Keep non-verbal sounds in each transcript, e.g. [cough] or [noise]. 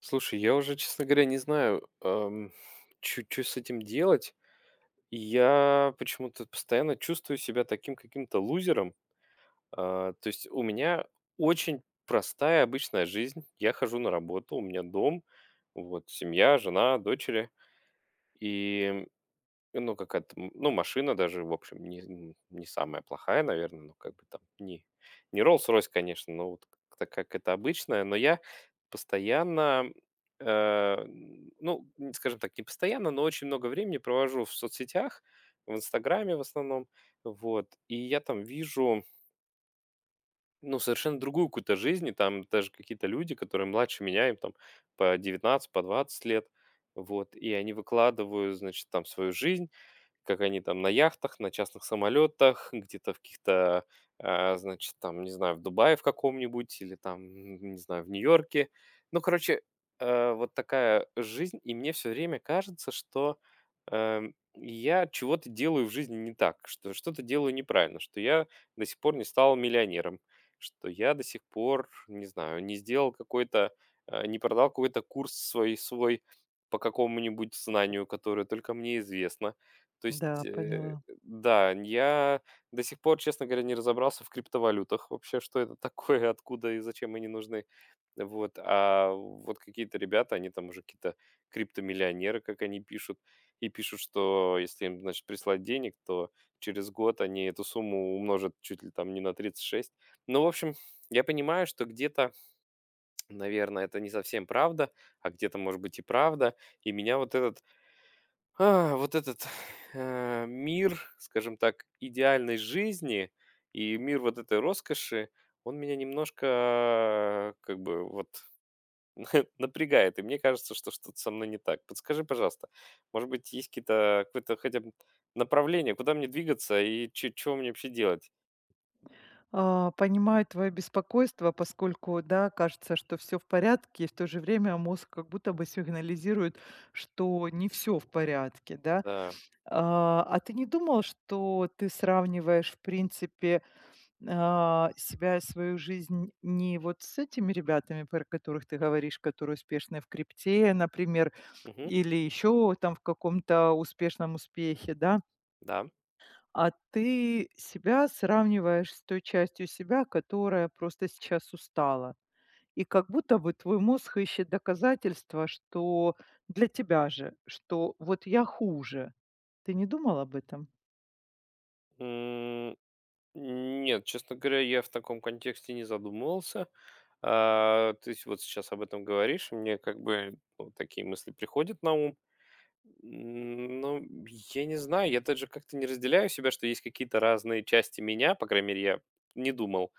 Слушай, я уже, честно говоря, не знаю, чё с этим делать. Я почему-то постоянно чувствую себя таким каким-то лузером. А, то есть у меня очень простая обычная жизнь. Я хожу на работу, у меня дом, вот семья, жена, дочери. И ну, какая-то, ну, машина даже, в общем, не самая плохая, наверное, ну, как бы там, не Rolls-Royce, конечно, но вот как-то как это обычная, но я постоянно, ну, скажем так, не постоянно, но очень много времени провожу в соцсетях, в Инстаграме в основном, вот, и я там вижу ну, совершенно другую какую-то жизнь, и там даже какие-то люди, которые младше меня, им там по 19 по 20 лет, вот, и они выкладывают, значит, там свою жизнь, как они там на яхтах, на частных самолетах, где-то в каких-то, а, значит, там, не знаю, в Дубае в каком-нибудь или там, не знаю, в Нью-Йорке. Ну, короче, вот такая жизнь, и мне все время кажется, что я чего-то делаю в жизни не так, что что-то делаю неправильно, что я до сих пор не стал миллионером, что я до сих пор, не знаю, не сделал какой-то, не продал какой-то курс свой, свой по какому-нибудь знанию, которое только мне известно. То есть, Да, поняла. да, я до сих пор, честно говоря, не разобрался в криптовалютах вообще, что это такое, [laughs] откуда и зачем они нужны. Вот, а вот какие-то ребята, они там уже какие-то криптомиллионеры, как они пишут, и пишут, что если им, значит, прислать денег, то через год они эту сумму умножат чуть ли там не на 36. Ну, в общем, я понимаю, что где-то, [tsk] наверное, это не совсем правда, а где-то, может быть, и правда. И меня вот этот [sighs] мир, скажем так, идеальной жизни и мир вот этой роскоши, он меня немножко как бы вот [laughs] напрягает. И мне кажется, что что-то со мной не так. Подскажи, пожалуйста, может быть, есть какие-то, какое-то хотя бы направление, куда мне двигаться и чего мне вообще делать? Понимаю твое беспокойство, поскольку, да, кажется, что все в порядке, и в то же время мозг как будто бы сигнализирует, что не все в порядке, да. Да. А ты не думал, что ты сравниваешь, в принципе, себя и свою жизнь не вот с этими ребятами, про которых ты говоришь, которые успешны в крипте, например, Мгм. или еще там в каком-то успешном успехе, да? Да. А ты себя сравниваешь с той частью себя, которая просто сейчас устала. И как будто бы твой мозг ищет доказательства, что для тебя же, что вот я хуже. Ты не думал об этом? М, Нет, честно говоря, я в таком контексте не задумывался. А, ты вот сейчас об этом говоришь, и мне как бы ну, такие мысли приходят на ум. Ну, я не знаю, я даже как-то не разделяю себя, что есть какие-то разные части меня, по крайней мере, я не думал,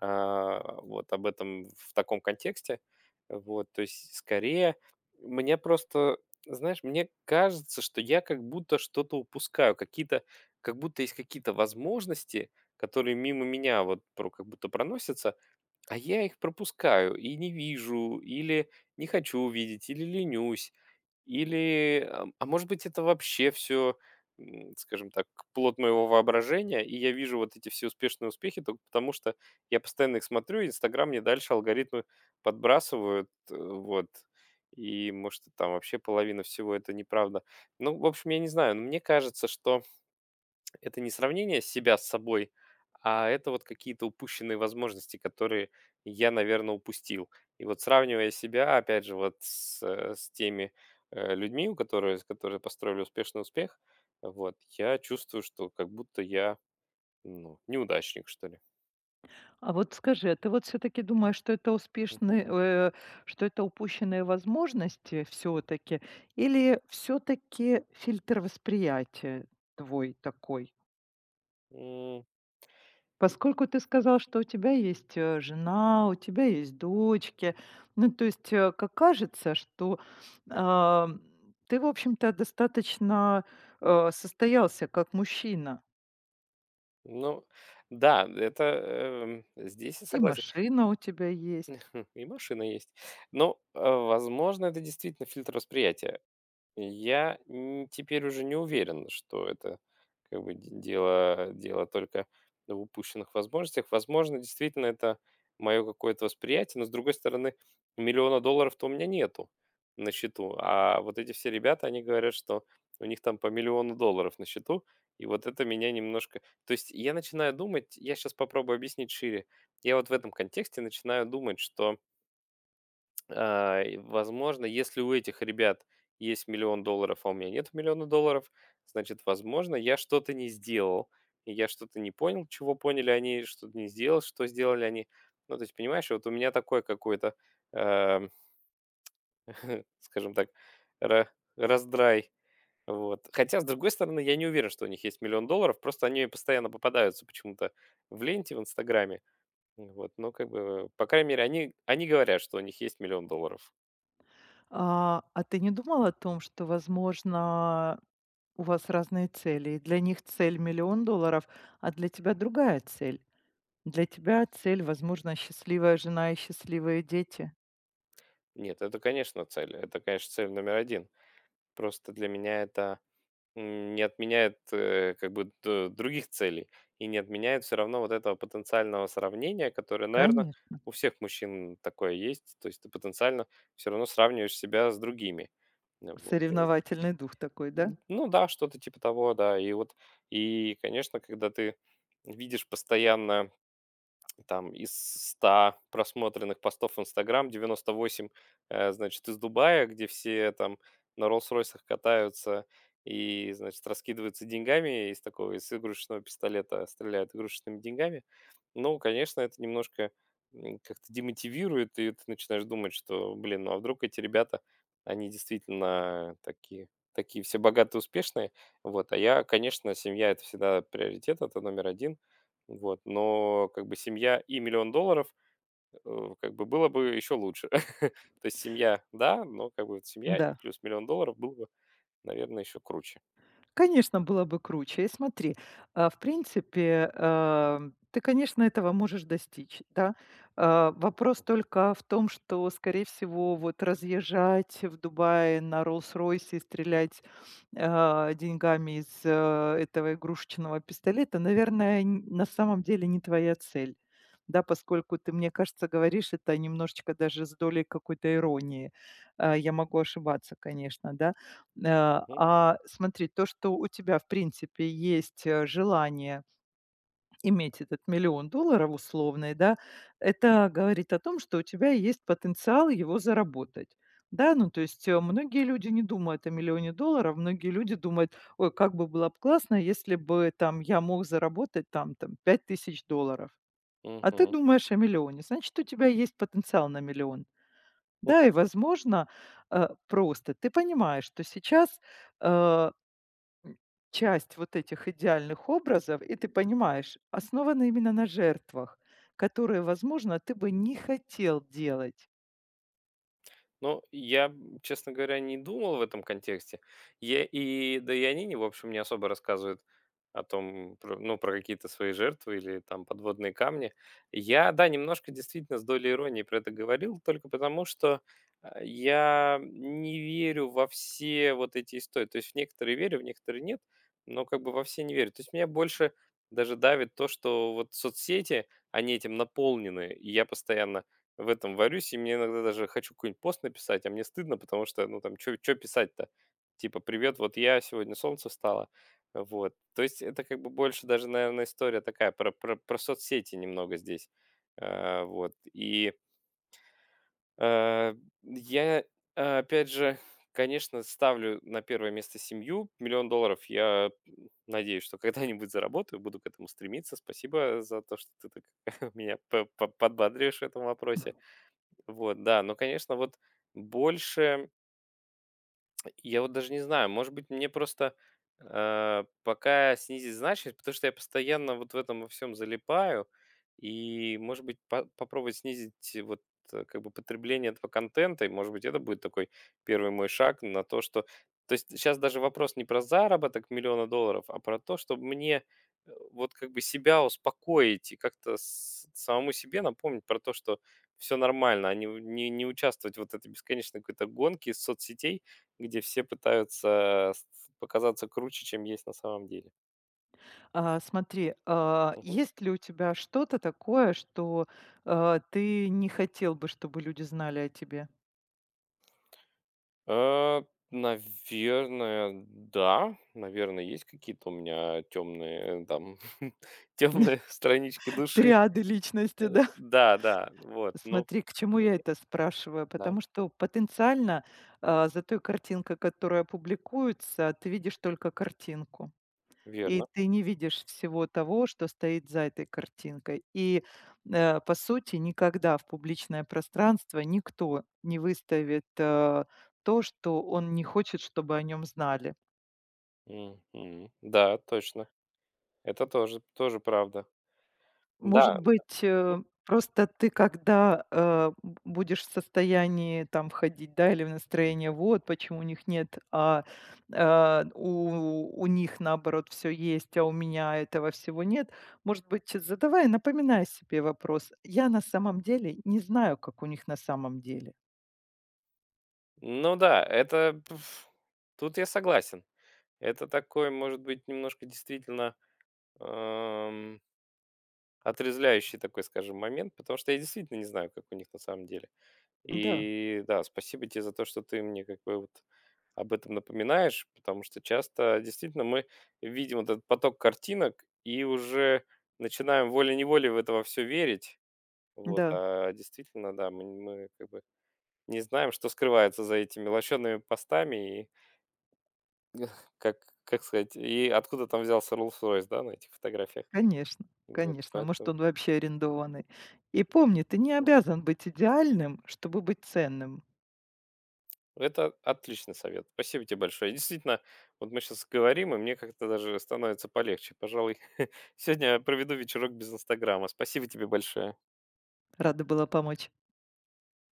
а, вот об этом в таком контексте. Вот, то есть скорее мне просто, знаешь, мне кажется, что я как будто что-то упускаю, какие-то как будто есть какие-то возможности, которые мимо меня вот про как будто проносятся, а я их пропускаю и не вижу, или не хочу увидеть, или ленюсь, или, а может быть, это вообще все, скажем так, плод моего воображения, и я вижу вот эти все успешные успехи только потому, что я постоянно их смотрю, и Инстаграм мне дальше алгоритмы подбрасывают, вот, и может там вообще половина всего это неправда. Ну, в общем, я не знаю, но мне кажется, что это не сравнение себя с собой, а это вот какие-то упущенные возможности, которые я, наверное, упустил. И вот сравнивая себя, опять же, вот с, с теми людьми, которые построили успешный успех, вот, я чувствую, что как будто я ну, неудачник, что ли. А вот скажи, а ты вот все-таки думаешь, что это Мгм. успешные, что это упущенные возможности все-таки, или все-таки фильтр восприятия твой такой? М, Поскольку ты сказал, что у тебя есть, жена, у тебя есть дочки, ну, то есть, как кажется, что, ам, ты, в общем-то, достаточно, состоялся как мужчина. Ну, да, это здесь я И согласен. машина у тебя есть. [laughs] И машина есть. Но, возможно, это действительно фильтр восприятия. Я н теперь уже не уверен, что это как бы д дело дело только в упущенных возможностях. Возможно, действительно, это мое какое-то восприятие, но, с другой стороны, миллиона долларов-то у меня нету на счету, а вот эти все ребята, они говорят, что у них там по миллиону долларов на счету, и вот это меня немножко То есть я начинаю думать, я сейчас попробую объяснить шире. Я вот в этом контексте начинаю думать, что а, и, возможно, если у этих ребят есть миллион долларов, а у меня нет миллиона долларов, значит, возможно, я что-то не сделал. И я что-то не понял, чего поняли они, что-то не сделал, что сделали они. Ну, то есть, понимаешь, вот у меня такой какой-то, эм, [laughs] скажем так, ра- раздрай. Вот. Хотя, с другой стороны, я не уверен, что у них есть миллион долларов, просто они постоянно попадаются почему-то в ленте в Инстаграме. Вот, ну, как бы, по крайней мере, они говорят, что у них есть миллион долларов. А ты не думал о том, что, возможно, у вас разные цели? И для них цель- миллион долларов, а для тебя другая цель. Для тебя цель, возможно, счастливая жена и счастливые дети. Нет, это, конечно, цель. Это, конечно, цель номер один. Просто для меня это, не отменяет, как бы д других целей и не отменяет все равно вот этого потенциального сравнения, которое, наверное, Конечно. у всех мужчин такое есть. То есть ты потенциально все равно сравниваешь себя с другими. Ну вот и Соревновательный дух такой, да? ну да, что-то типа того, да. И вот, и, конечно, когда ты видишь постоянно там из 100 просмотренных постов в "Инстаграм" 98, значит, из Дубая, где все там на "Роллс-Ройсах" катаются и, значит, раскидываются деньгами из такого, из игрушечного пистолета стреляют игрушечными деньгами. Ну, конечно, это немножко, как-то демотивирует, и ты начинаешь думать, что, блин, ну а вдруг эти ребята, они действительно такие такие все богатые, успешные. Вот, а я, конечно, семья- это всегда приоритет, это номер один. Вот, но как бы семья и миллион долларов, как бы было бы еще лучше. [laughs] То есть семья, да, но как бы вот семья и Да. плюс миллион долларов было бы, наверное, еще круче. Конечно, было бы круче. И смотри, в принципе, ты, конечно, этого можешь достичь, да. А вопрос Мгм. только в том, что, скорее всего, вот разъезжать в Дубае на Rolls-Royce и стрелять деньгами из этого игрушечного пистолета, наверное, на самом деле не твоя цель. Да, поскольку ты, мне кажется, говоришь это немножечко даже с долей какой-то иронии. А я могу ошибаться, конечно, да. Э, Мгм. а смотри, то, что у тебя, в принципе, есть, желание иметь этот миллион долларов условный, да, это говорит о том, что у тебя есть потенциал его заработать. Да, ну, то есть, многие люди не думают о миллионе долларов, многие люди думают: "Ой, как бы было б классно, если бы там я мог заработать там $5000". А ты Мгм. думаешь о миллионе, значит, у тебя есть потенциал на миллион. Да, и, возможно, просто ты понимаешь, что сейчас, э М, часть вот этих идеальных образов, и ты понимаешь, основана именно на жертвах, которые, возможно, ты бы не хотел делать. Ну, я, честно говоря, не думал в этом контексте. Я и да и они, не в общем, не особо рассказывают о том, про, ну, про какие-то свои жертвы или там подводные камни. Я, да, немножко действительно с долей иронии про это говорил, только потому что а, я не верю во все вот эти истории. То есть в некоторые верю, в некоторые нет, но как бы во все не верю. То есть меня больше даже давит то, что вот соцсети, они этим наполнены, и я постоянно в этом варюсь, и мне иногда даже хочу какой-нибудь пост написать, а мне стыдно, потому что, ну, там, что чё писать-то? Типа: "Привет, вот я, сегодня солнце встало". Вот. То есть это как бы больше даже, наверное, история такая про про соцсети немного здесь. А, вот. И, а, я, а, опять же, конечно, ставлю на первое место семью. Миллион долларов я, надеюсь, что когда-нибудь заработаю, буду к этому стремиться. Спасибо за то, что ты так [laughs] меня по подбадриваешь в этом вопросе. Вот, да, но, конечно, вот больше я вот даже не знаю, может быть, мне просто, пока снизить значимость, потому что я постоянно вот в этом во всем залипаю. И, может быть, по попробовать снизить вот, как бы потребление этого контента. И, может быть, это будет такой первый мой шаг на то, что то есть сейчас даже вопрос не про заработок миллиона долларов, а про то, чтобы мне, вот как бы себя успокоить и как-то с самому себе напомнить про то, что все нормально, а не участвовать в вот этой бесконечной какой-то гонке из соцсетей где все пытаются с показаться круче, чем есть на самом деле. Смотри, Мгм. есть ли у тебя что-то такое, что, ты не хотел бы, чтобы люди знали о тебе? Э, наверное, да. Наверное, есть какие-то у меня темные, там, [laughs] темные странички души. Триады Э, личности, да? да, да, вот, ну Смотри, к чему я это спрашиваю? да, Потому что потенциально, за той картинкой, которая публикуется, ты видишь только картинку. И верно. ты не видишь всего того, что стоит за этой картинкой. И, по сути, никогда в публичное пространство никто не выставит, то, что он не хочет, чтобы о нем знали. Мгм. Да, точно. Это тоже правда. Может Да, быть, мгм. Просто ты, когда, э, б будешь в состоянии там входить, да, или в настроение: "Вот почему у них нет, у них, наоборот, все есть, а у меня этого всего нет". Может быть, задавай, напоминай себе вопрос: "Я на самом деле не знаю, как у них на самом деле". Ну да, это пф, тут я согласен. Это такой, может быть, немножко действительно, эм, отрезвляющий такой, скажем, момент, потому что я действительно не знаю, как у них на самом деле. Да, И да, спасибо тебе за то, что ты мне как бы вот об этом напоминаешь, потому что часто действительно мы видим вот этот поток картинок и уже начинаем волей-неволей в это все верить. Вот, да, а действительно, да, мы как бы не знаем, что скрывается за этими лощеными постами и [laughs] как, как сказать, и откуда там взялся Rolls-Royce, да, на этих фотографиях. конечно, Вот, конечно. Может, поэтому... он вообще арендованный. И помни, ты не обязан быть идеальным, чтобы быть ценным. Это отличный совет. Спасибо тебе большое. Действительно, вот мы сейчас говорим, и мне как-то даже становится полегче. Пожалуй, [laughs] сегодня я проведу вечерок без Инстаграма. Спасибо тебе большое. Рада была помочь.